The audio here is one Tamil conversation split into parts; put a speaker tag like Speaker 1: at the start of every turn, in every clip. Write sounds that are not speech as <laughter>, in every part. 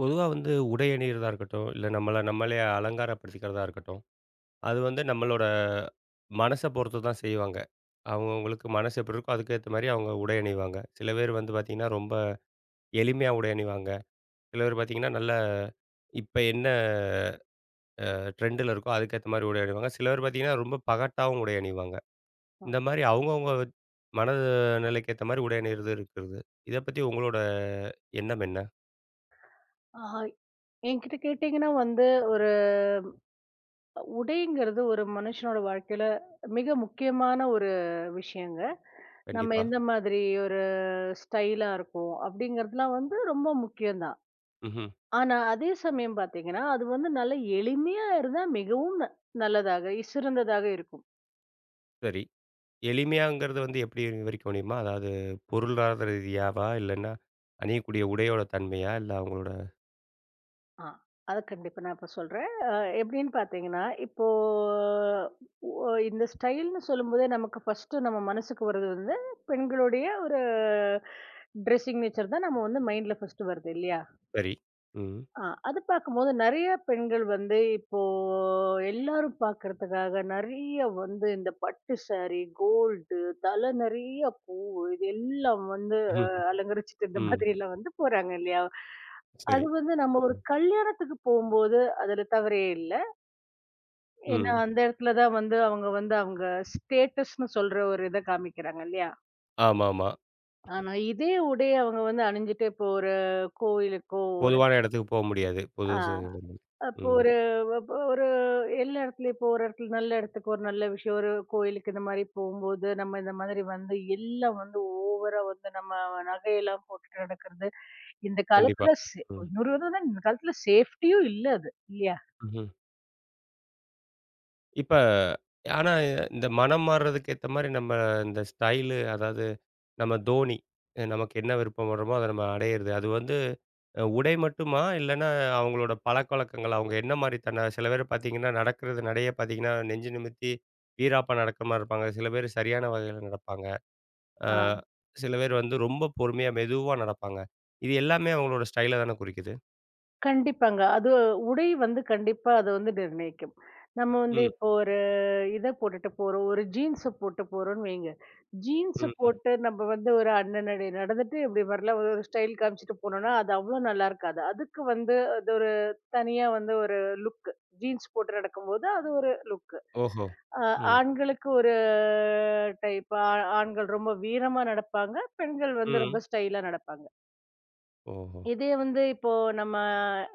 Speaker 1: பொதுவா வந்து உடை அணியிறதா இருக்கட்டும், இல்ல நம்மள நம்மளே அலங்காரப்படுத்திக்கிறதா இருக்கட்டும், அது வந்து நம்மளோட மனச பொறுத்து தான் செய்வாங்க. அவங்கவங்களுக்கு மனசு எப்படி இருக்கோ, அதுக்கு ஏத்த மாரி அவங்க உடை அணிவாங்க. சில பேர் வந்து பாத்தீங்கன்னா, ரொம்ப எளிமையா உடை அணிவாங்க. சில பேர் பாத்தீங்கன்னா, நல்ல இப்ப என்ன ட்ரெண்டுல இருக்கோ, அதுக்கேத்த மாரி உடை அணிவாங்க. சில பேர் பாத்தீங்கன்னா, ரொம்ப பகட்டாவும் உடை அணிவாங்க.
Speaker 2: அ.
Speaker 1: இந்த மாரி அவங்கவங்க மன நிலைக்கு ஏத்த மாரி உடை அணியிறது இருக்கிறது. இத பத்தி உங்களோட எண்ணம் என்ன?
Speaker 2: ஆ ஆஹா, என்கிட்ட கேட்டீங்கன்னா வந்து, ஒரு உடைங்கிறது ஒரு மனுஷனோட வாழ்க்கையில மிக முக்கியமான ஒரு விஷயங்க. நம்ம
Speaker 1: கண்டிப்பா.
Speaker 2: எந்த மாதிரி ஒரு ஸ்டைலா இருக்கோம் அப்படிங்கிறதுலாம் வந்து ரொம்ப முக்கியம் தான்.
Speaker 1: ம்ஹ்ம்.
Speaker 2: ஆனா, அதே சமயம் பார்த்தீங்கன்னா, அது வந்து நல்ல எளிமையா இருந்தா மிகவும் நல்லதாக சிறந்ததாக இருக்கும்.
Speaker 1: சரி. எளிமையாங்கிறது வந்து எப்படி விவரிக்க முடியுமா? அதாவது பொருளாதார ரீதியாவா? இல்லன்னா அணியக்கூடிய உடையோட தன்மையா? இல்ல அவங்களோட
Speaker 2: ஆ. அத கண்டிப்பா நான் இப்ப சொல்றேன். எப்படின்னு பார்த்தீங்கன்னா, இப்போ ஒ இந்த ஸ்டைல்ன்னு சொல்லும்போதே நமக்கு ஃபர்ஸ்ட்டு நம்ம மனசுக்கு வர்றது வந்து, பெண்களுடைய ஒரு ட்ரெஸ்ஸிங் நேச்சர் தான் நம்ம வந்து மைண்ட்ல ஃபர்ஸ்ட்டு வருது இல்லையா?
Speaker 1: சரி. ம்.
Speaker 2: அது பார்க்கும்போது நெறைய பெண்கள் வந்து இப்போ எல்லாரும் பார்க்கறதுக்காக நெறைய வந்து இந்த பட்டு சாரி, கோல்டு, தல நெறைய பூவு இது எல்லாம் வந்து
Speaker 1: ம்.
Speaker 2: அலங்கரிச்சுட்டு இந்த
Speaker 1: ம்
Speaker 2: மாதிரிலாம் வந்து போறாங்க இல்லையா?
Speaker 1: சரி.
Speaker 2: அது வந்து நம்ம ஒரு
Speaker 1: ம்.
Speaker 2: கல்யாணத்துக்கு போம்போது, அதுல தவறே இல்ல. ஏன்னா,
Speaker 1: ம்.
Speaker 2: அந்த இடத்துல தான் வந்து அவங்க வந்து அவங்க ஸ்டேட்டஸ்ன்னு சொல்ற ஒரு இத காமிக்கிறாங்க இல்லையா?
Speaker 1: ஆமாமா.
Speaker 2: ஆனா, இதே உடைய அவங்க வந்து அணிஞ்சுட்டு இப்போ ஒரு கோயிலுக்கோ, ஒரு
Speaker 1: பொதுவான இடத்துக்கு போ முடியாது.
Speaker 2: ஆ
Speaker 1: புதுசு
Speaker 2: அப்போ
Speaker 1: ம்.
Speaker 2: ஒரு அப்போ ஒரு எல்லா இடத்துலயும் இப்போ ஒரு இடத்துல நல்ல இடத்துக்கு ஒரு நல்ல விஷயம், ஒரு கோயிலுக்கு இந்த மாரி போம்போது, நம்ம இந்த மாதிரி வந்து எல்லாம் வந்து ஓவரா வந்து நம்ம நகையெல்லாம் போட்டுட்டு நடக்கிறது. இந்த
Speaker 1: கண்டிப்பா.
Speaker 2: காலத்துல
Speaker 1: ம்.
Speaker 2: இன்னொரு வந்து இந்த காலத்துல சேஃப்டியும் இல்ல அது. இல்லையா?
Speaker 1: ம்ஹ்ம். இப்ப ஆனா இந்த மனம் மாறுறதுக்கு ஏத்த மாரி நம்ம இந்த ஸ்டைலு அதாவது நம்ம தோனி, நமக்கு என்ன விருப்பப்படுறோமோ அத நம்ம அடையிறது. அது வந்து உடை மட்டுமா? இல்லன்னா அவங்களோட பழக்கவழக்கங்கள், அவங்க என்ன மாரி தன்ன சில பேர் பார்த்தீங்கன்னா, நடக்கிறது நடைய பார்த்தீங்கன்னா, நெஞ்சு நிமித்தி வீராப்பா நடக்கிற மாரி இருப்பாங்க. சில பேர் சரியான வகையில நடப்பாங்க. அ
Speaker 2: ஆ.
Speaker 1: சில பேர் வந்து ரொம்ப பொறுமையா, மெதுவா நடப்பாங்க. இது எல்லாமே அவங்களோட ஸ்டைல தானே குறிக்குது?
Speaker 2: கண்டிப்பாங்க. அது உடை வந்து கண்டிப்பா அது வந்து நிர்ணயிக்கும். நம்ம வந்து
Speaker 1: ம்,
Speaker 2: இப்போ ஒரு இத போட்டுட்டு போறோம். ஒரு ஜீன்ஸ போட்டு போறோம்ன்னு வைங்க. ஜீன்ஸ
Speaker 1: ம், ம்.
Speaker 2: போட்டு நம்ம வந்து ஒரு அண்ணனடி நடந்துட்டு இப்படி வரலாம் ஒரு ஸ்டைல் காமிச்சுட்டு போனோம்னா, அது அவ்வளோ நல்லா இருக்காது. அதுக்கு வந்து அது ஒரு தனியா வந்து ஒரு லுக். ஜீன்ஸ் போட்டு நடக்கும்போது அது ஒரு லுக்.
Speaker 1: ஓஹோ!
Speaker 2: அ
Speaker 1: ம்,
Speaker 2: ஆண்களுக்கு ஒரு டைப். ஆண்கள் ரொம்ப வீரமா நடப்பாங்க. பெண்கள் வந்து
Speaker 1: ம்.
Speaker 2: ரொம்ப ஸ்டைலா நடப்பாங்க.
Speaker 1: ஓஹோ!
Speaker 2: இதே வந்து இப்போ நம்ம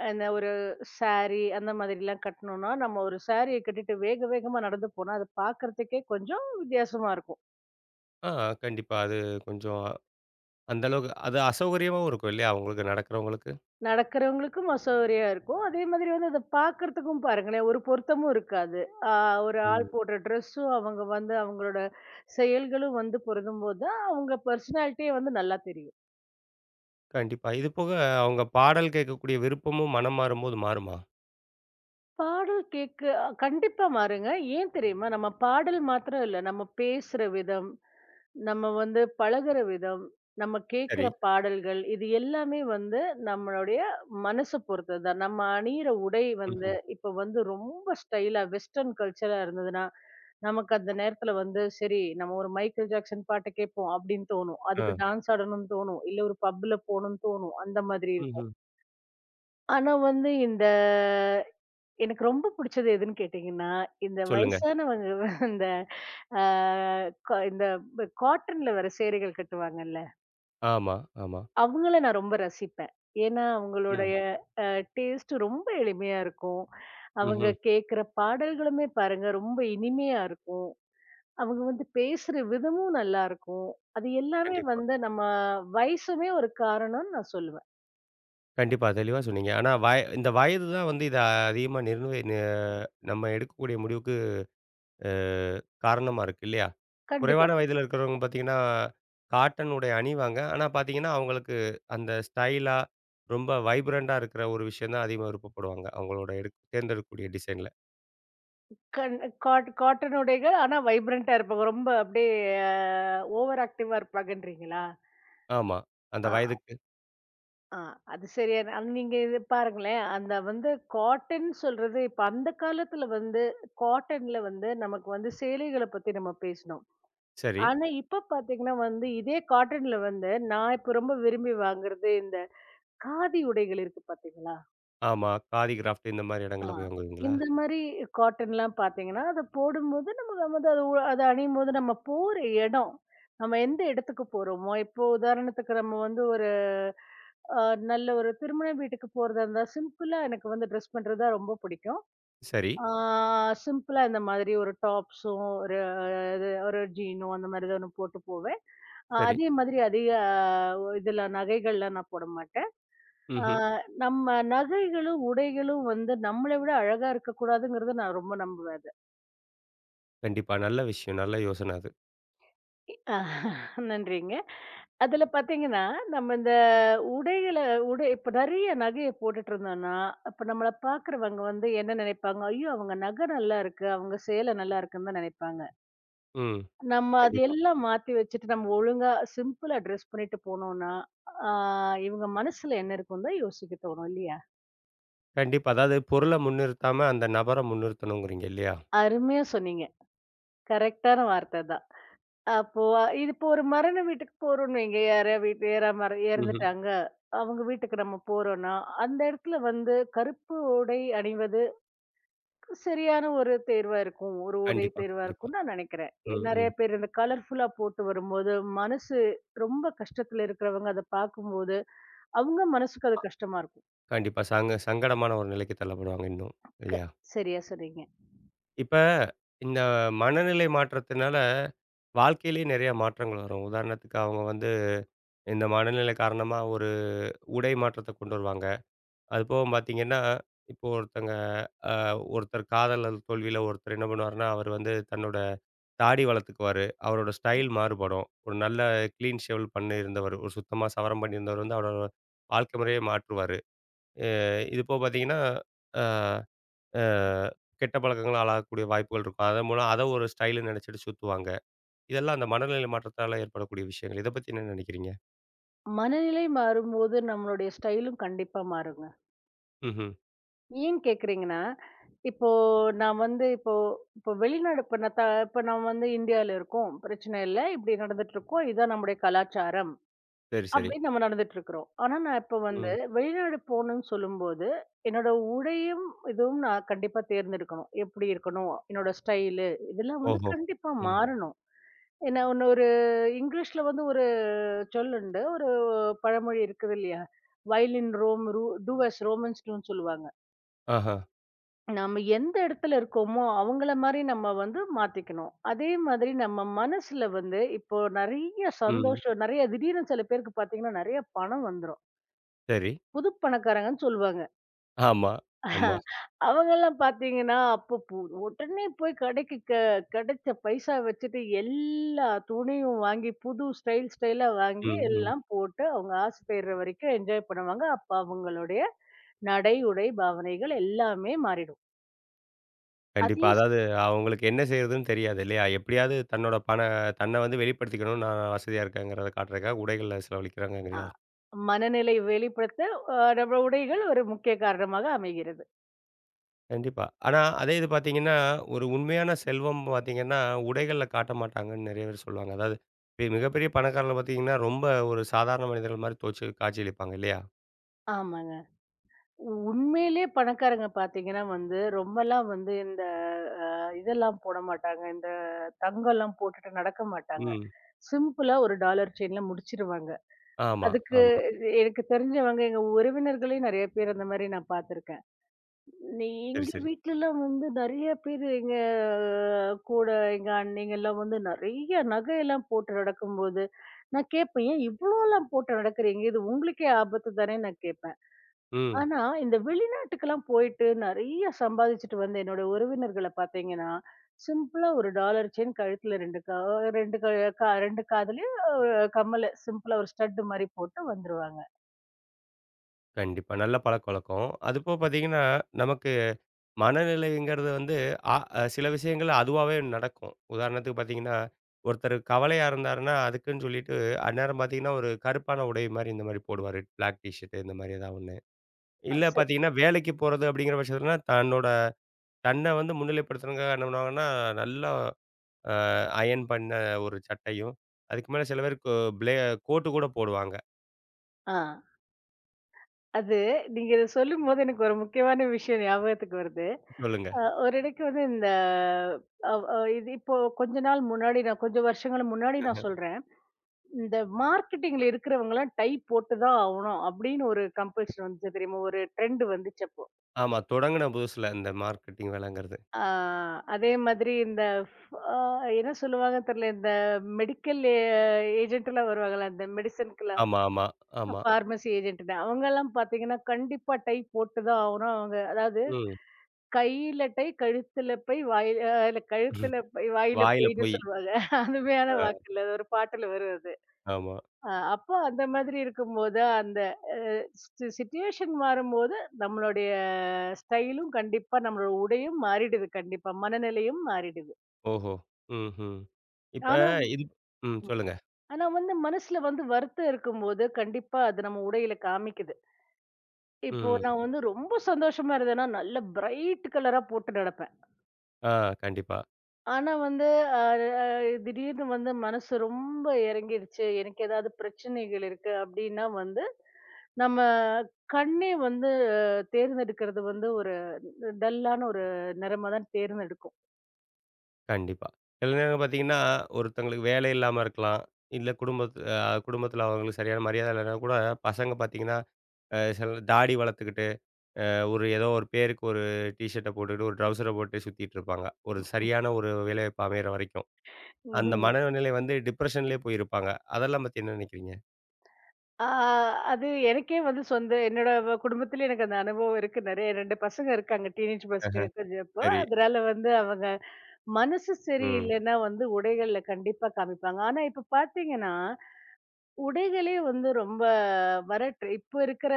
Speaker 2: அந்த ஒரு சாரி அந்த மாதிரிலாம் கட்டணும்னா, நம்ம ஒரு சாரிய கட்டிட்டு வேக வேகமா நடந்து போனா, அது பார்க்கறதுக்கே கொஞ்சம் வித்தியாசமா இருக்கும்.
Speaker 1: ஆ கண்டிப்பா. அது கொஞ்சம் அந்த அளவுக்கு அது அசௌகரியமாவும் இருக்கும் இல்லையா? அவங்களுக்கு நடக்கிறவங்களுக்கு.
Speaker 2: நடக்கிறவங்களுக்கும் அசௌகரியா இருக்கும். அதே மாதிரி வந்து அத பார்க்கறதுக்கும் பாருங்களேன், ஒரு பொருத்தமும் இருக்காது. ஆ ஒரு ஆள்
Speaker 1: ம்.
Speaker 2: போடுற ட்ரெஸ்ஸும், அவங்க வந்து அவங்களோட செயல்களும் வந்து பொருந்தும்போது தான், அவங்க பெர்சனாலிட்டியே வந்து நல்லா தெரியும்.
Speaker 1: கண்டிப்பா. இது போக அவங்க பாடல் கேட்கக்கூடிய விருப்பமும் மனம் மாறும்போது மாறுமா?
Speaker 2: பாடல் கேட்க கண்டிப்பா மாறுங்க. ஏன் தெரியுமா? நம்ம பாடல் மாத்திரம் இல்ல, நம்ம பேசுற விதம், நம்ம வந்து பழகுற விதம், நம்ம
Speaker 1: சரி.
Speaker 2: கேட்கிற பாடல்கள், இது எல்லாமே வந்து நம்மளுடைய மனச பொறுத்தது தான். நம்ம அணியிற உடை வந்து
Speaker 1: ம்ஹ்ம்.
Speaker 2: இப்ப வந்து ரொம்ப ஸ்டைலா வெஸ்டர்ன் கல்ச்சரா இருந்ததுன்னா, நமக்கு அந்த நேரத்துல வந்து சரி நம்ம ஒரு மைக்கேல் ஜாக்சன் பாட்ட கேட்போம் அப்படின்னு தோணும்.
Speaker 1: ஆ.
Speaker 2: அதுக்கு டான்ஸ் ஆடணும்னு தோணும். இல்ல ஒரு பப்ல போணும்னு தோணும். அந்த மாதிரி இருக்கும்.
Speaker 1: ம்ஹ்ம்.
Speaker 2: ஆனா வந்து இந்த எனக்கு ரொம்ப பிடிச்சது எதுன்னு கேட்டீங்கன்னா, இந்த
Speaker 1: சொல்லுங்க.
Speaker 2: வயசானவங்க இந்த ஆ கா இந்த காட்டன்ல வர சேலைகள் கட்டுவாங்கல்ல,
Speaker 1: ஆமா, ஆமா.
Speaker 2: அவங்கள நான் ரொம்ப ரசிப்பேன். ஏன்னா
Speaker 1: ம்.
Speaker 2: அவங்களுடைய அ டேஸ்ட் ரொம்ப எளிமையா இருக்கும். அவங்க
Speaker 1: ம்ஹ்ம்.
Speaker 2: கேட்கிற பாடல்களுமே பாருங்க ரொம்ப இனிமையா இருக்கும். அவங்க வந்து பேசுற விதமும் நல்லா இருக்கும். அது எல்லாமே
Speaker 1: கண்டிப்பா.
Speaker 2: வந்து நம்ம வயசுமே ஒரு காரணம்னு நான் சொல்லுவேன்.
Speaker 1: கண்டிப்பா. தெளிவா சொன்னீங்க. ஆனா இந்த வயது தான் வந்து இத அதிகமா நிர்ணய ந நம்ம எடுக்கக்கூடிய முடிவுக்கு அ காரணமா இருக்கு இல்லையா?
Speaker 2: கண்டிப்பா.
Speaker 1: குறைவான வயதில இருக்கிறவங்க பார்த்தீங்கன்னா, காட்டன் உடை அணிவாங்க. ஆனா பார்த்தீங்கன்னா, அவங்களுக்கு அந்த ஸ்டைலா ரொம்ப வைப்ரன்ட்டா இருக்கிற ஒரு விஷயம் தான் அதிகமா விருப்பப்படுவாங்க. அவங்களோட தேர்ந்தெடுக்கக்கூடிய டிசைன்ல.
Speaker 2: கண் காட் காட்டன் உடைகள். ஆனா வைப்ரன்ட்டா இருப்பாங்க. ரொம்ப அப்படியே அ ஓவர் ஆக்டிவா இருப்பாங்கன்றீங்களா?
Speaker 1: ஆமா. அந்த
Speaker 2: ஆ.
Speaker 1: வயதுக்கு
Speaker 2: ஆ அது சரியான அது நீங்க இது பாருங்களேன், அந்த வந்து காட்டன் சொல்றது இப்ப அந்த காலத்துல வந்து காட்டன்ல வந்து நமக்கு வந்து சேலைகள பத்தி நம்ம பேசினோம்.
Speaker 1: சரி.
Speaker 2: ஆனா இப்ப பாத்தீங்கன்னா வந்து இதே காட்டன்ல வந்து நான் இப்ப ரொம்ப விரும்பி வாங்குறது இந்த காதி உடைகள் இருக்கு பாத்தீங்களா?
Speaker 1: ஆமா. காதி கிராஃப்ட் இந்த மாரி
Speaker 2: ஆ.
Speaker 1: இடங்கள்ல போய் வாங்குவீங்களா?
Speaker 2: இந்த மாரி காட்டன்லாம் பார்த்தீங்கன்னா, அத போடும்போது நம்ம வந்து அது உ அத அணியும்போது நம்ம போற இடம், நம்ம எந்த இடத்துக்கு போறோமோ, இப்போ உதாரணத்துக்கு நம்ம வந்து ஒரு அ நல்ல ஒரு திருமண வீட்டுக்கு போறதா இருந்தா, சிம்பிளா எனக்கு வந்து ட்ரெஸ் பண்றது தான் ரொம்ப பிடிக்கும்.
Speaker 1: சரி,
Speaker 2: ஆ சிம்பிளா இந்த மாதிரி ஒரு டாப்ஸும், ஒரு இது ஒரு ஜீனும் அந்த மாரி ஏதோ ஒண்ணு போட்டு போவேன்.
Speaker 1: சரி.
Speaker 2: அதே மாதிரி அதிக இதெல்லாம் நகைகள்லாம் நான் போட மாட்டேன். ஆ,
Speaker 1: ம்ஹ்ம்.
Speaker 2: நம்ம நகைகளும், உடைகளும் வந்து நம்மள விட அழகா இருக்கக்கூடாதுங்கிறத நான் ரொம்ப நம்புவேன் அத.
Speaker 1: கண்டிப்பா. நல்ல விஷயம். நல்ல யோசனை அது.
Speaker 2: அ நன்றிங்க. அதுல பார்த்தீங்கன்னா, நம்ம இந்த உடைகள உடை இப்ப நெறைய நகைய போட்டுட்டு இருந்தோம்னா, அப்ப நம்மள பார்க்குறவங்க வந்து என்ன நெனைப்பாங்க? ஐயோ! அவங்க நகை நல்லா இருக்கு, அவங்க சேலை நல்லா இருக்குன்னு தான் நெனைப்பாங்க.
Speaker 1: ம்.
Speaker 2: நம்ம
Speaker 1: கண்டிப்பா.
Speaker 2: அதையெல்லாம் மாத்தி வச்சுட்டு நம்ம ஒழுங்கா சிம்பிளா ட்ரெஸ் பண்ணிட்டு போனோம்னா, ஆ இவங்க மனசுல என்ன இருக்குன்னு தான் யோசிக்க தோணும் இல்லையா?
Speaker 1: கண்டிப்பா. அதாவது பொருள முன்னிறுத்தாம அந்த நபர முன்னிறுத்தணுங்கிறீங்க இல்லையா?
Speaker 2: அருமையா சொன்னீங்க. கரெக்ட்டான வார்த்த தான். அப்போ இது இப்போ ஒரு மரண வீட்டுக்கு போறோம்னு வைங்க. யாரா வீட்ல யாரா
Speaker 1: ம்ஹ்ம்.
Speaker 2: இறந்துட்டாங்க. அவங்க வீட்டுக்கு நம்ம போறோம்னா, அந்த இடத்துல வந்து கருப்பு உடை அணிவது சரியான ஒரு தேர்வா இருக்கும். ஒரு உடை
Speaker 1: கண்டிப்பா,
Speaker 2: தேர்வா
Speaker 1: கண்டிப்பா.
Speaker 2: இருக்கும்னு நான் நினைக்கிறேன்.
Speaker 1: ம்,
Speaker 2: நெறைய
Speaker 1: ம்.
Speaker 2: பேர் இந்த கலர்ஃபுல்லா போட்டு வரும்போது, மனசு ரொம்ப கஷ்டத்துல இருக்கிறவங்க அத பார்க்கும்போது, அவங்க மனசுக்கு அது கஷ்டமா இருக்கும்.
Speaker 1: கண்டிப்பா. சங்கடமான ஒரு நிலைக்கு தள்ளப்படுவாங்க இன்னும். இல்லையா?
Speaker 2: சரியா சொன்னீங்க.
Speaker 1: இப்ப இந்த மனநிலை மாற்றத்தினால, வாழ்க்கையிலேயே நெறைய மாற்றங்கள் வரும். உதாரணத்துக்கு அவங்க வந்து இந்த மனநிலை காரணமா ஒரு உடை மாற்றத்த கொண்டு வருவாங்க. அதுபோக பார்த்தீங்கன்னா, இப்போ ஒருத்தங்க அ ஒருத்தர் காதலர் தோல்வியில ஒருத்தர் என்ன பண்ணுவாருன்னா, அவர் வந்து தன்னோட தாடி வளர்த்துக்குவாரு. அவரோட ஸ்டைல் மாறுபடும். ஒரு நல்ல கிளீன் ஷேவல் பண்ணியிருந்தவர், ஒரு சுத்தமா சவரம் பண்ணியிருந்தவர் வந்து அவரோட வாழ்க்கை முறையே மாற்றுவாரு. அ இது போக பார்த்தீங்கன்னா, அ அ கெட்ட பழக்கங்கள ஆளாகக்கூடிய வாய்ப்புகள் இருக்கும். அதன் மூலம் அத ஒரு ஸ்டைல்ன்னு நெனச்சுட்டு சுத்துவாங்க. இதெல்லாம் அந்த மனநிலை மாற்றத்தால ஏற்படக்கூடிய விஷயங்கள். இத பத்தி என்ன நெனைக்கிறீங்க?
Speaker 2: மனநிலை மாறும்போது நம்மளுடைய ஸ்டைலும் கண்டிப்பா மாறுங்க.
Speaker 1: ம்ஹ்ம்.
Speaker 2: ஏன் கேட்குறீங்கன்னா, இப்போ நான் வந்து இப்போ இப்போ வெளிநாடு இப்ப நான் இப்ப நம்ம வந்து இந்தியால இருக்கோம். பிரச்சனை இல்ல. இப்படி நடந்துட்டுருக்கோம். இதான் நம்முடைய கலாச்சாரம்.
Speaker 1: சரி, சரி.
Speaker 2: அப்படின்னு நம்ம நடந்துட்டுருக்குறோம். ஆனா, நான் இப்போ வந்து
Speaker 1: ம்.
Speaker 2: வெளிநாடு போணும்னு சொல்லும்போது, என்னோட உடையும் இதுவும் நான் கண்டிப்பா தேர்ந்தெடுக்கணும். எப்படி இருக்கணும்? என்னோட ஸ்டைலு இதெல்லாம் வந்து
Speaker 1: ஓஹோ!
Speaker 2: கண்டிப்பா
Speaker 1: ம்.
Speaker 2: மாறணும். ஏன்னா ஒண்ணு ஒரு இங்கிலீஷ்ல வந்து ஒரு சொல்லுண்டு. ஒரு பழமொழி இருக்குது இல்லையா? "While in Rome do as Romans டூன்னு" சொல்லுவாங்க.
Speaker 1: ஆஹா.
Speaker 2: நம்ம எந்த இடத்துல இருக்கோமோ அவங்கள மாரி நம்ம வந்து மாத்திக்கணும். அதே மாதிரி நம்ம மனசுல வந்து இப்போ நெறைய
Speaker 1: ம்.
Speaker 2: சந்தோஷம், நெறைய திடீர்னு சில பேருக்கு பார்த்தீங்கன்னா, நெறைய பணம் வந்துரும்.
Speaker 1: சரி.
Speaker 2: புது பணக்காரங்கன்னு சொல்லுவாங்க.
Speaker 1: ஆமா, ஆமா.
Speaker 2: <laughs> அவங்கலாம் பார்த்தீங்கன்னா, அப்போ உடனே போய் கடைக்கு கிடைச்ச பைசா வச்சுட்டு எல்லா துணியும் வாங்கி, புது ஸ்டைலா வாங்கி
Speaker 1: ம், ம்.
Speaker 2: எல்லாம் போட்டு அவங்க ஆசைப்படுற வரைக்கும் என்ஜாய் பண்ணுவாங்க. அப்ப அவங்களுடைய நடை, உடை, பாவனைகள் எல்லாமே மாறிடும். அதே
Speaker 1: கண்டிப்பா. அதாவது அவங்களுக்கு என்ன செய்றதுன்னு தெரியாது இல்லையா? எப்படியாவது தன்னோட தன்ன வந்து வெளிப்படுத்திக்கணும். நான் வசதியா இருக்கேங்கிறத காட்டுறதுக்காக உடைகள்ல
Speaker 2: அ
Speaker 1: செலவழிக்கிறாங்கங்கிறீங்களா?
Speaker 2: மனநிலை வெளிப்படுத்த நம்ம உடைகள் ஒரு முக்கிய காரணமாக அமைகிறது.
Speaker 1: கண்டிப்பா. ஆனா, அதே இது பார்த்தீங்கன்னா, ஒரு உண்மையான செல்வம் பார்த்தீங்கன்னா, உடைகள்ல காட்ட மாட்டாங்கன்னு நெறைய பேர் சொல்லுவாங்க. அதாவது மிகப்பெரிய பணக்காரர்கள பார்த்தீங்கன்னா, ரொம்ப ஒரு சாதாரண மனிதர்கள் மாரி தோச்சு காட்சியளிப்பாங்க இல்லையா?
Speaker 2: ஆமாங்க. உண்மையிலேயே பணக்காரங்க பார்த்தீங்கன்னா வந்து, ரொம்பலாம் வந்து இந்த அ இதெல்லாம் போட மாட்டாங்க. இந்த தங்கம்லாம் போட்டுட்டு நடக்க மாட்டாங்க.
Speaker 1: ம்.
Speaker 2: சிம்பிளா ஒரு டாலர் செயின்ல முடிச்சிருவாங்க.
Speaker 1: ஆமா,
Speaker 2: அதுக்கு
Speaker 1: ஆமா.
Speaker 2: எனக்கு தெரிஞ்சவங்க, எங்க உறவினர்களையும் நெறைய பேர் அந்த மாரி நான் பார்த்துருக்கேன். நீ
Speaker 1: சரி,
Speaker 2: எங்க
Speaker 1: சரி.
Speaker 2: வீட்லலாம் வந்து நெறைய பேரு எங்க கூட எங்க அண்ணங்கலாம் வந்து நெறைய நகையெல்லாம் போட்டு நடக்கும்போது, நான் கேட்பேன், "ஏன் இவ்ளோலாம் போட்டு நடக்கிறீங்க? இது உங்களுக்கே ஆபத்து தானே" நான் கேட்பேன்.
Speaker 1: ம்.
Speaker 2: ஆனா இந்த வெளிநாட்டுக்கெல்லாம் போயிட்டு நெறைய சம்பாதிச்சுட்டு வந்த என்னோட உறவினர்கள பார்த்தீங்கன்னா, சிம்பிளா ஒரு டாலர் செயின் கழுத்துல 2 2 க கா 2 காதுலயும் ஒரு கம்மலு சிம்பிளா ஒரு ஸ்டட் மாரி போட்டு வந்துருவாங்க.
Speaker 1: கண்டிப்பா. நல்ல பழக்கவழக்கம். அதுபோக பார்த்தீங்கன்னா, நமக்கு மனநிலைங்கிறது வந்து ஆ- அ சில விஷயங்கள் அதுவாவே நடக்கும். உதாரணத்துக்கு பார்த்தீங்கன்னா, ஒருத்தர் கவலையா இருந்தாருன்னா, அதுக்குன்னு சொல்லிட்டு அந்நேரம் பார்த்தீங்கன்னா, ஒரு கருப்பான உடை மாரி இந்த மாரி போடுவாரு. பிளாக் டீ ஷர்ட் இந்த மாரி ஏதாவது ஒண்ணு. இல்ல
Speaker 2: சரி.
Speaker 1: பார்த்தீங்கன்னா, வேலைக்கு போறது அப்படிங்கிற பட்சத்துலனா, தன்னோட தன்ன வந்து முன்னிலைப்படுத்தணும்க்காக என்ன பண்ணுவாங்கன்னா, நல்லா அ அயர்ன் பண்ண ஒரு சட்டையும், அதுக்கு மேல சில பேர் கோ ப்ளே கோட்டு கூட போடுவாங்க.
Speaker 2: ஆ. அது நீங்க இத சொல்லும்போது எனக்கு ஒரு முக்கியமான விஷயம் ஞாபகத்துக்கு வருது.
Speaker 1: சொல்லுங்க.
Speaker 2: ஒரு இடைக்கு வந்து இந்த அவ் அ இது இப்போ கொஞ்ச நாள் முன்னாடி நான் கொஞ்சம் வருஷங்களுக்கு முன்னாடி நான் சொல்றேன். இந்த மார்க்கெட்டிங்ல இருக்கிறவங்கலாம் டை போட்டு தான் ஆவணும் அப்படின்னு ஒரு கம்பல்ஷன் வந்துச்சு தெரியுமா? ஒரு ட்ரெண்ட் வந்துச்சு அப்போ.
Speaker 1: ஆமா. தொடங்குன புதுசுல இந்த மார்க்கெட்டிங் வேலைங்கிறது.
Speaker 2: ஆ அதே மாதிரி இந்த ஃப் அ என்ன சொல்லுவாங்க தெரியல. இந்த மெடிக்கல் ஏஜென்ட்லாம் வருவாங்கல்ல. இந்த மெடிசினுக்குலாம்,
Speaker 1: ஆமா, ஆமா, ஆமா.
Speaker 2: பார்மசி ஏஜென்ட்ன்னு அவங்கலாம் பார்த்தீங்கன்னா, கண்டிப்பா டை போட்டு தான் ஆவணும். அவங்க அதாவது
Speaker 1: ம்.
Speaker 2: கையில டை, கழுத்துல பை, வாயில இல்ல
Speaker 1: <laughs>
Speaker 2: கழுத்துல பை, வாயில
Speaker 1: வாயில
Speaker 2: பொய்ன்னு
Speaker 1: போய்.
Speaker 2: சொல்லுவாங்க. அருமையான
Speaker 1: அ
Speaker 2: வாக்குல அது ஒரு பாட்டுல வரும் அது.
Speaker 1: ஆமா.
Speaker 2: அ அப்போ அந்த மாதிரி இருக்கும்போது, அந்த சிச்சுவேஷன் மாறும்போது, நம்மளுடைய ஸ்டைலும் கண்டிப்பா நம்மளோட உடையும் மாறிடுது கண்டிப்பா. மனநிலையும் மாறிடுது.
Speaker 1: ஓஹோ! ம்ஹ்ம். இப்ப
Speaker 2: ஆனா
Speaker 1: இது ம். சொல்லுங்க.
Speaker 2: ஆனா வந்து மனசுல வந்து வருத்தம் இருக்கும்போது, கண்டிப்பா அது நம்ம உடையில காமிக்குது. இப்போ
Speaker 1: ம்.
Speaker 2: நான் வந்து ரொம்ப சந்தோஷமா இருந்தேன்னா, நல்ல பிரைட் கலரா போட்டு நடப்பேன்.
Speaker 1: ஆ. கண்டிப்பா.
Speaker 2: ஆனா வந்து, அ அ திடீர்னு வந்து மனசு ரொம்ப இறங்கிருச்சு. எனக்கு ஏதாவது பிரச்சனைகள் இருக்கு அப்டின்னா வந்து, நம்ம கண்ணே வந்து தேர்ந்தெடுக்கிறது வந்து ஒரு டல்லான ஒரு நிறமா தான் தேர்ந்தெடுக்கும்.
Speaker 1: கண்டிப்பா. சில நேரம் பார்த்தீங்கன்னா, ஒருத்தங்களுக்கு வேலை இல்லாம இருக்கலாம். இல்ல குடும்பத்தில அவங்களுக்கு சரியான மரியாதை இல்லன்னா கூட, பசங்க பார்த்தீங்கன்னா, சில தாடி வளர்த்துக்கிட்டு, ஒரு ஏதோ ஒரு பேருக்கு ஒரு டீ ஷர்ட்ட போட்டுக்கிட்டு, ஒரு ட்ரவுசர போட்டு சுத்திட்டு இருப்பாங்க. ஒரு சரியான ஒரு வேலைவாய்ப்பு அமையிற வரைக்கும். அந்த
Speaker 2: ம்ஹ்ம்.
Speaker 1: மனநிலை வந்து டிப்ரஷன்லயே போயிருப்பாங்க. அதெல்லாம் பத்தி என்ன நினைக்கிறீங்க?
Speaker 2: ஆ அது எனக்கே வந்து சொந்த என்னோட குடும்பத்திலே எனக்கு அந்த அனுபவம் இருக்கு. நெறைய 2 பசங்க இருக்காங்க. டீனேஜ் பசங்க
Speaker 1: அஹ,
Speaker 2: கொஞ்சம் இப்போ.
Speaker 1: சரி.
Speaker 2: அதனால வந்து அவங்க மனசு
Speaker 1: ம்.
Speaker 2: சரியில்லைன்னா வந்து உடைகள்ல கண்டிப்பா காமிப்பாங்க. ஆனா இப்ப பார்த்தீங்கன்னா உடைகளே வந்து ரொம்ப இப்ப இருக்கிற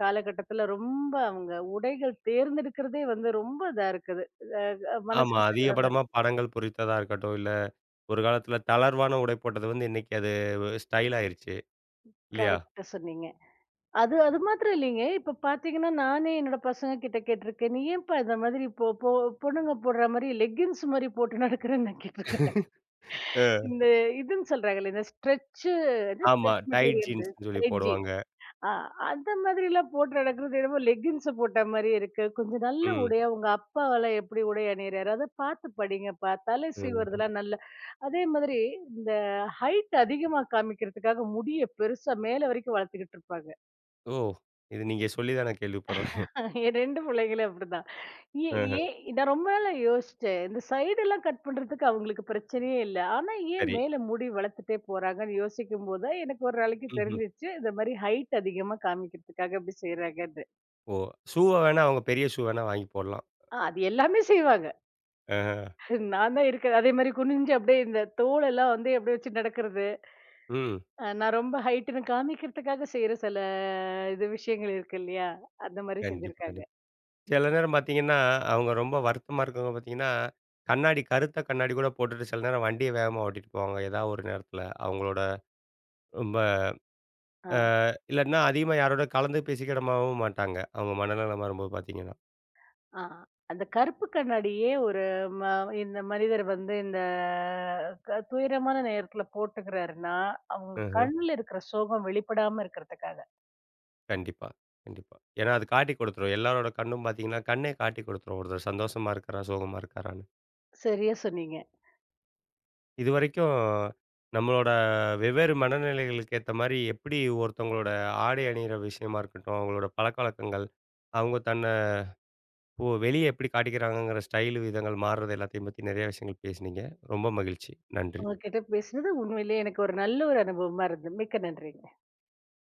Speaker 2: காலகட்டத்துல ரொம்ப அவங்க உடைகள் தேர்ந்தெடுக்கிறதே வந்து ரொம்ப இதா இருக்குது
Speaker 1: ஆமா.
Speaker 2: மனசுக்கு சங்கடமா
Speaker 1: அதிகபடமா
Speaker 2: இருக்கு.
Speaker 1: படங்கள் பொறித்ததா இருக்கட்டும், இல்ல ஒரு காலத்தில தளர்வான உடை போட்டது வந்து, இன்னைக்கு அது ஸ்டைல் ஆயிருச்சு. இல்லையா?
Speaker 2: கரெக்டா சொன்னீங்க. அது அது மாத்திரம் இல்லைங்க. இப்ப பாத்தீங்கன்னா நானே என்னோட பசங்க கிட்ட கேட்டிருக்கேன். நீ ஏன்பா இந்த மாதிரி இப்போ பொண்ணுங்க போடுற மாதிரி லெகின்ஸ் மாதிரி போட்டு நடக்கிறேன்னு நான் கேட்டிருக்கிறேன்.
Speaker 1: அ.
Speaker 2: இந்த இதுன்னு சொல்றாங்கல்ல இந்த ஸ்ட்ரெச்.
Speaker 1: ஆமா. Tight
Speaker 2: material.
Speaker 1: ஜீன்ஸ்ன்னு சொல்லி போடுவாங்க.
Speaker 2: ஆ, அந்த மாதிரிலாம் போட்டு நடக்கிறது என்னமோ லெக்கின்ஸ் போட்ட மாதிரி இருக்கு. கொஞ்சம் நல்ல
Speaker 1: ம்.
Speaker 2: உடையா உங்க அப்பாவெல்லாம் எப்படி உடை அணியிறாரு, அத பார்த்து படிங்கப்பா. தலை
Speaker 1: ம்.
Speaker 2: சீவுறதெல்லாம் நல்ல அதே மாதிரி இந்த ஹைட் அதிகமா காமிக்கிறதுக்காக முடிய பெருசா மேல வரைக்கும் வளர்த்துக்கிட்டு இருப்பாங்க.
Speaker 1: ஓ! இது நீங்க சொல்லி தான் நான் கேள்விப்படுறேன்.
Speaker 2: என் 2 பிள்ளைங்களும் அப்படிதான். ஏ
Speaker 1: ஆஹ.
Speaker 2: ஏன் நான் ரொம்ப நாளா யோசிச்சேன். இந்த சைடெல்லாம் கட் பண்றதுக்கு அவங்களுக்கு பிரச்சனையே இல்ல. ஆனா ஏன்
Speaker 1: சரி.
Speaker 2: மேல முடி வளர்த்துட்டே போறாங்கன்னு யோசிக்கும்போது தான் எனக்கு ஒரு நாளைக்கு
Speaker 1: ம்ஹ்ம்.
Speaker 2: தெரிஞ்சுச்சு. இந்த மாதிரி ஹைட் அதிகமா காமிக்கிறதுக்காக இப்படி செய்றாங்க.
Speaker 1: ஓ! ஷூவ வேணா அவங்க பெரிய ஷூ வேணா வாங்கி போடலாம்.
Speaker 2: அது எல்லாமே செய்வாங்க.
Speaker 1: ஆஹா.
Speaker 2: நான் தான் இருக்கிறேன். அதே மாரி குனிஞ்சு அப்படியே இந்த தோளெல்லாம் வந்து அப்படியே வச்சு நடக்கிறது.
Speaker 1: ம்.
Speaker 2: நான் ரொம்ப ஹைட்டுன்னு காமிக்கிறதுக்காக செய்ற சில இது விஷயங்கள் இருக்கு இல்லையா? அந்த மாரி
Speaker 1: கண்டிப்பா,
Speaker 2: செஞ்சிருக்காங்க.
Speaker 1: கண்டிப்பா. சில நேரம் பார்த்தீங்கன்னா, அவங்க ரொம்ப வருத்தமா இருக்கவங்க பார்த்தீங்கன்னா, கண்ணாடி கருத்த கண்ணாடி கூட போட்டுட்டு சில நேரம் வண்டிய வேகமா ஓட்டிட்டு போவாங்க. ஏதாவது ஒரு நேரத்தில அவங்களோட ரொம்ப
Speaker 2: ஆ,
Speaker 1: அ இல்லன்னா அதிகமா யாரோட கலந்து பேசிக்கிடமாவும் மாட்டாங்க. அவங்க மனநலம் வரும்போது பார்த்தீங்கன்னா.
Speaker 2: ஆ. அந்த கருப்பு கண்ணாடியே ஒரு ம இந்த மனிதர் வந்து இந்த துயரமான நேரத்துல போட்டுக்கிறாருன்னா, அவங்க
Speaker 1: ம்ஹ்ம்.
Speaker 2: கண்ணுல இருக்கிற சோகம் வெளிப்படாம இருக்கிறதுக்காக.
Speaker 1: கண்டிப்பா, கண்டிப்பா. ஏன்னா அது காட்டி குடுத்துரும். எல்லாரோட கண்ணும் பார்த்தீங்கன்னா, கண்ணே காட்டி குடுத்துரும். ஒருத்தர் சந்தோஷமா இருக்கிறா, சோகமா இருக்காரான்னு.
Speaker 2: சரியா சொன்னீங்க.
Speaker 1: இதுவரைக்கும் நம்மளோட வெவ்வேறு மனநிலைகளுக்கு ஏத்த மாரி எப்படி ஒருத்தவங்களோட ஆடை அணியிற விஷயமா இருக்கட்டும், அவங்களோட பழக்கவழக்கங்கள், அவங்க தன்னை வெளிய எப்படி காட்டிக்கிறாங்கங்கிற ஸ்டைலு விதங்கள் மாறுறது எல்லாத்தையும் பத்தி நெறைய விஷயங்கள் பேசினீங்க. ரொம்ப மகிழ்ச்சி. நன்றி.
Speaker 2: உங்ககிட்ட பேசுனது உண்மையிலேயே எனக்கு ஒரு நல்ல ஒரு அனுபவமா இருந்தது. மிக்க நன்றி.